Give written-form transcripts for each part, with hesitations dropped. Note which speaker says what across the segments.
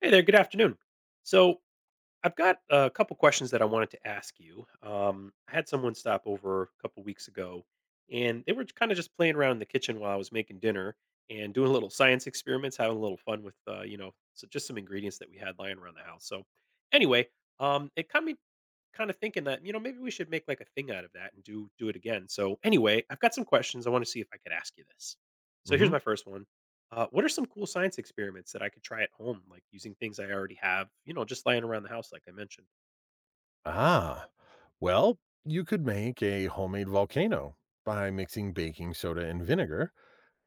Speaker 1: Hey there, good afternoon. So, I've got a couple questions that I wanted to ask you. I had someone stop over a couple weeks ago, and they were kind of just playing around in the kitchen while I was making dinner and doing little science experiments, having a little fun with, so just some ingredients that we had lying around the house. So, anyway, it kind of thinking that, you know, maybe we should make like a thing out of that and do it again. So anyway, I've got some questions. I want to see if I could ask you this. So here's
Speaker 2: Mhm.
Speaker 1: my first one. What are some cool science experiments that I could try at home, like using things I already have, you know, just lying around the house, like I mentioned?
Speaker 2: Ah. Well, you could make a homemade volcano by mixing baking soda and vinegar.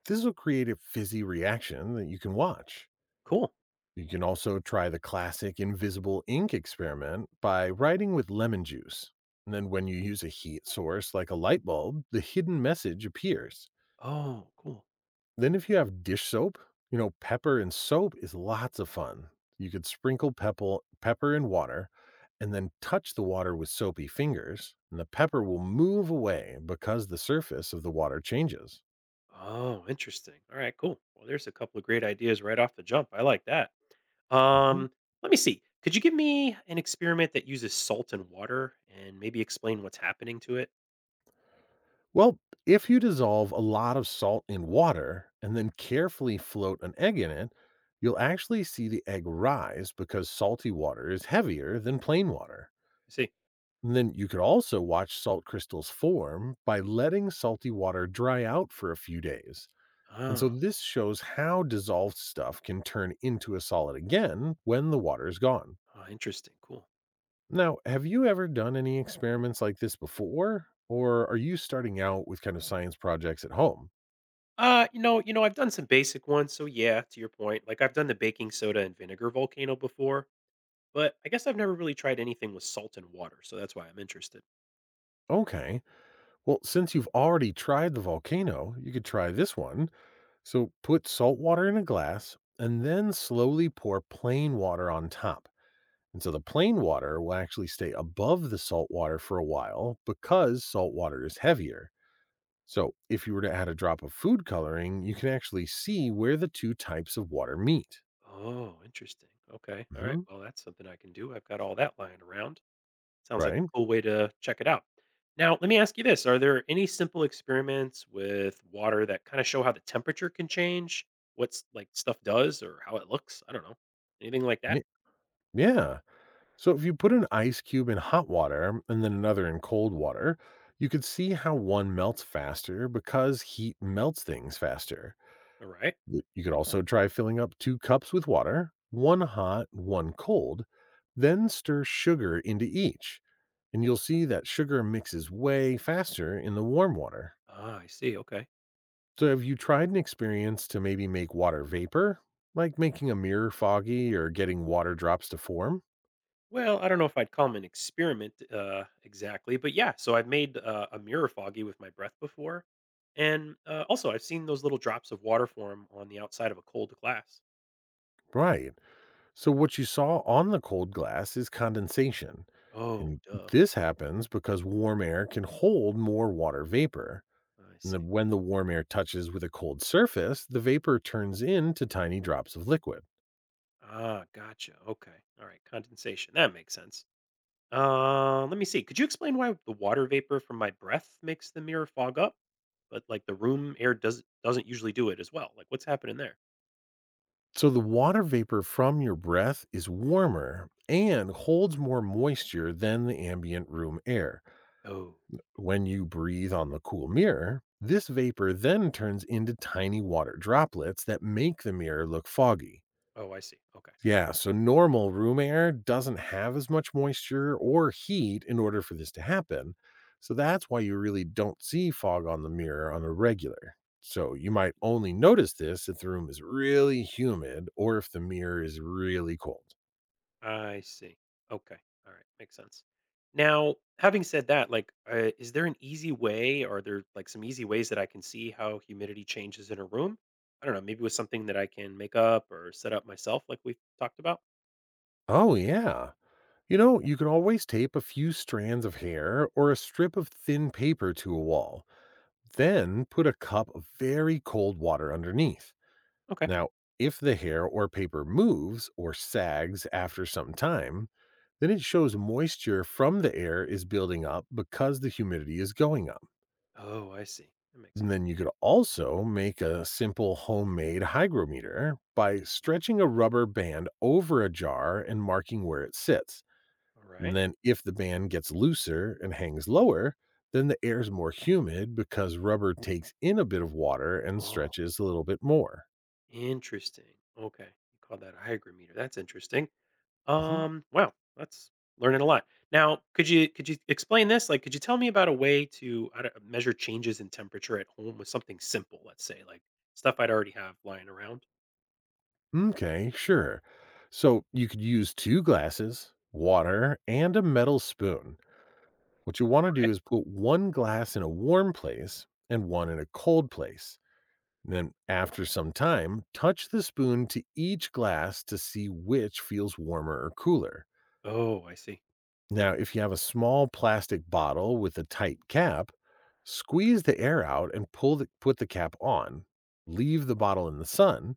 Speaker 2: This will create a fizzy reaction that you can watch.
Speaker 1: Cool.
Speaker 2: You can also try the classic invisible ink experiment by writing with lemon juice. And then when you use a heat source like a light bulb, the hidden message appears.
Speaker 1: Oh, cool.
Speaker 2: Then if you have dish soap, you know, pepper and soap is lots of fun. You could sprinkle pepper in water and then touch the water with soapy fingers, and the pepper will move away because the surface of the water changes.
Speaker 1: Oh, interesting. All right, cool. Well, there's a couple of great ideas right off the jump. I like that.
Speaker 2: Mhm.
Speaker 1: Um, Let me see. Could you give me an experiment that uses salt and water and maybe explain what's happening to it?
Speaker 2: Well, if you dissolve a lot of salt in water and then carefully float an egg in it, you'll actually see the egg rise because salty water is heavier than plain water.
Speaker 1: I see.
Speaker 2: And then you could also watch salt crystals form by letting salty water dry out for a few days. And so
Speaker 1: Ah,
Speaker 2: this shows how dissolved stuff can turn into a solid again when the water is gone.
Speaker 1: ah, interesting. Cool.
Speaker 2: Now, have you ever done any experiments like this before? Or are you starting out with kind of science projects at home?
Speaker 1: You know, I've done some basic ones, so yeah, to your point. Like, I've done the baking soda and vinegar volcano before, but I guess I've never really tried anything with salt and water, so that's why I'm interested.
Speaker 2: Okay. Well, since you've already tried the volcano, you could try this one. So put salt water in a glass and then slowly pour plain water on top. And so the plain water will actually stay above the salt water for a while because salt water is heavier. So if you were to add a drop of food coloring, you can actually see where the two types of water meet.
Speaker 1: Oh, interesting. Okay. All right.
Speaker 2: Hmm.
Speaker 1: Well, that's something I can do. I've got all that lying around. Sounds like
Speaker 2: Right?
Speaker 1: a cool way to check it out. Now, let me ask you this. Are there any simple experiments with water that kind of show how the temperature can change? What's like stuff does or how it looks? I don't know. Anything like that?
Speaker 2: Y- Yeah. So if you put an ice cube in hot water and then another in cold water, you could see how one melts faster because heat melts things faster.
Speaker 1: All right.
Speaker 2: You could also try filling up two cups with water, one hot, one cold, then stir sugar into each. And you'll see that sugar mixes way faster in the warm water.
Speaker 1: Ah, I see. Okay.
Speaker 2: So, have you tried an experience to maybe make water vapor, like making a mirror foggy or getting water drops to form?
Speaker 1: Well, I don't know if I'd call 'em an experiment, exactly, but yeah, so I've made, a mirror foggy with my breath before, and, also I've seen those little drops of water form on the outside of a cold glass.
Speaker 2: Right. So, what you saw on the cold glass is condensation.
Speaker 1: Oh,
Speaker 2: And
Speaker 1: duh,
Speaker 2: this
Speaker 1: okay,
Speaker 2: happens because warm air can hold more water vapor.
Speaker 1: I
Speaker 2: And
Speaker 1: see.
Speaker 2: then when the warm air touches with a cold surface, the vapor turns into tiny drops of liquid.
Speaker 1: Ah, gotcha, okay, all right, condensation, that makes sense. Let me see, could you explain why the water vapor from my breath makes the mirror fog up, but, like, the room air doesn't usually do it as well? Like, what's happening there?
Speaker 2: So the water vapor from your breath is warmer and holds more moisture than the ambient room air.
Speaker 1: Oh,
Speaker 2: When you breathe on the cool mirror, this vapor then turns into tiny water droplets that make the mirror look foggy.
Speaker 1: oh, I see, okay.
Speaker 2: Yeah, so normal room air doesn't have as much moisture or heat in order for this to happen. So that's why you really don't see fog on the mirror on a regular. So you might only notice this if the room is really humid or if the mirror is really cold.
Speaker 1: I see. Okay. All right. Makes sense. Now, having said that, like, is there an easy way? Are there like some easy ways that I can see how humidity changes in a room? I don't know. Maybe with something that I can make up or set up myself, like we've talked about.
Speaker 2: Oh, yeah. You know, you can always tape a few strands of hair or a strip of thin paper to a wall, then put a cup of very cold water underneath.
Speaker 1: Okay.
Speaker 2: Now, if the hair or paper moves or sags after some time, then it shows moisture from the air is building up because the humidity is going up.
Speaker 1: Oh, I see. That makes
Speaker 2: And
Speaker 1: sense.
Speaker 2: then you could also make a simple homemade hygrometer by stretching a rubber band over a jar and marking where it sits.
Speaker 1: All
Speaker 2: And
Speaker 1: right.
Speaker 2: then if the band gets looser and hangs lower, then the air is more humid because rubber takes in a bit of water and
Speaker 1: Oh,
Speaker 2: stretches a little bit more.
Speaker 1: interesting. Okay. You call that a hygrometer. That's interesting.
Speaker 2: Mhm.
Speaker 1: Wow, that's learning a lot. Now, could you explain this? Like, could you tell me about a way to I don't- measure changes in temperature at home with something simple? Let's say, like stuff I'd already have lying around.
Speaker 2: Okay, sure. So you could use two glasses, water, and a metal spoon. What you want to do
Speaker 1: Right.
Speaker 2: is put one glass in a warm place and one in a cold place. And then, after some time, touch the spoon to each glass to see which feels warmer or cooler.
Speaker 1: Oh, I see. Cool.
Speaker 2: Now, if you have a small plastic bottle with a tight cap, squeeze the air out and put the cap on. Leave the bottle in the sun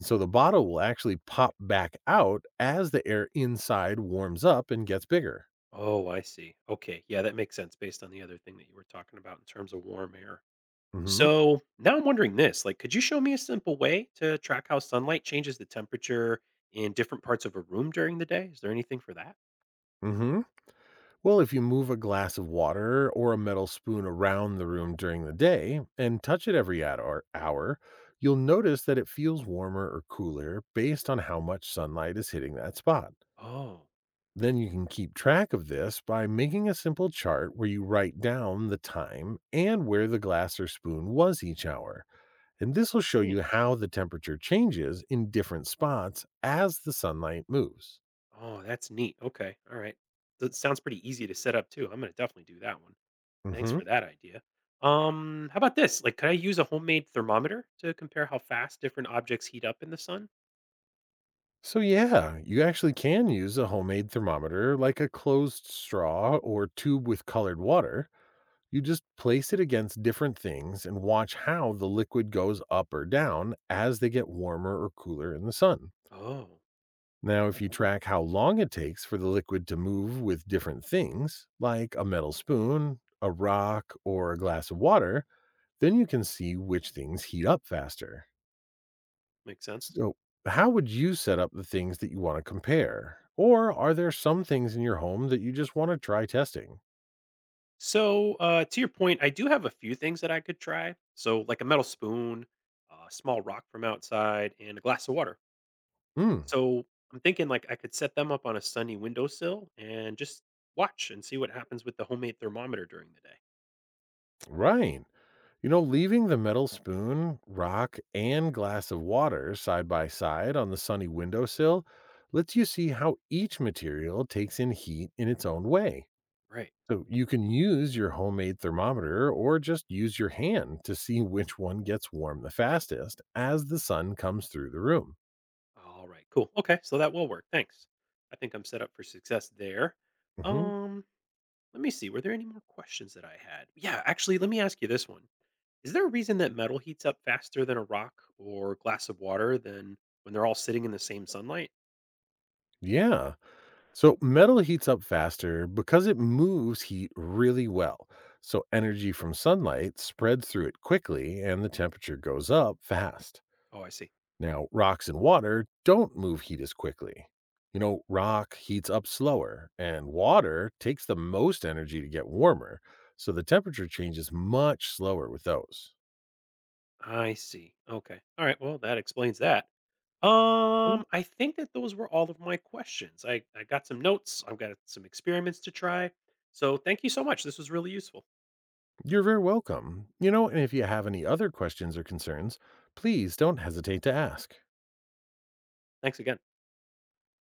Speaker 2: so the bottle will actually pop back out as the air inside warms up and gets bigger.
Speaker 1: Oh, I see. Okay, yeah, that makes sense based on the other thing that you were talking about in terms of warm air.
Speaker 2: Mhm.
Speaker 1: So now I'm wondering this: like, could you show me a simple way to track how sunlight changes the temperature in different parts of a room during the day? Is there anything for that?
Speaker 2: Mhm. Well, if you move a glass of water or a metal spoon around the room during the day and touch it every at- or hour, you'll notice that it feels warmer or cooler based on how much sunlight is hitting that spot.
Speaker 1: Oh,
Speaker 2: Then you can keep track of this by making a simple chart where you write down the time and where the glass or spoon was each hour. And this
Speaker 1: I
Speaker 2: will show you
Speaker 1: see.
Speaker 2: how the temperature changes in different spots as the sunlight moves.
Speaker 1: Oh, that's neat. Okay. All right. That sounds pretty easy to set up too. I'm gonna definitely do that one. Thanks
Speaker 2: Hmm.
Speaker 1: for that idea. How about this? Like, could I use a homemade thermometer to compare how fast different objects heat up in the sun?
Speaker 2: So, yeah, you actually can use a homemade thermometer like a closed straw or tube with colored water. You just place it against different things and watch how the liquid goes up or down as they get warmer or cooler in the sun.
Speaker 1: Oh,
Speaker 2: Now, if you
Speaker 1: cool.
Speaker 2: track how long it takes for the liquid to move with different things, like a metal spoon, a rock, or a glass of water, then you can see which things heat up faster.
Speaker 1: Makes sense.
Speaker 2: So, how would you set up the things that you want to compare? Or are there some things in your home that you just want to try testing?
Speaker 1: So, to your point, I do have a few things that I could try. So, like a metal spoon, a small rock from outside, and a glass of water.
Speaker 2: Hmm,
Speaker 1: So, I'm thinking like I could set them up on a sunny windowsill and just watch and see what happens with the homemade thermometer during the day.
Speaker 2: right. You know, leaving the metal spoon, rock, and glass of water side by side on the sunny windowsill lets you see how each material takes in heat in its own way.
Speaker 1: Right.
Speaker 2: So you can use your homemade thermometer or just use your hand to see which one gets warm the fastest as the sun comes through the room.
Speaker 1: All right, cool. Okay, so that will work. Thanks. I think I'm set up for success there.
Speaker 2: Mhm.
Speaker 1: Um, Let me see. Were there any more questions that I had? Yeah, actually, let me ask you this one. Is there a reason that metal heats up faster than a rock or glass of water than when they're all sitting in the same sunlight?
Speaker 2: Yeah. So metal heats up faster because it moves heat really well. So energy from sunlight spreads through it quickly and the temperature goes up fast.
Speaker 1: Oh, I see.
Speaker 2: Now, rocks and water don't move heat as quickly. You know, rock heats up slower, and water takes the most energy to get warmer. So the temperature changes much slower with those.
Speaker 1: I see. Okay. All right. Well, that explains that.
Speaker 2: Mm.
Speaker 1: I think that those were all of my questions. I got some notes. I've got some experiments to try. So thank you so much. This was really useful.
Speaker 2: You're very welcome. You know, and if you have any other questions or concerns, please don't hesitate to ask.
Speaker 1: Thanks again.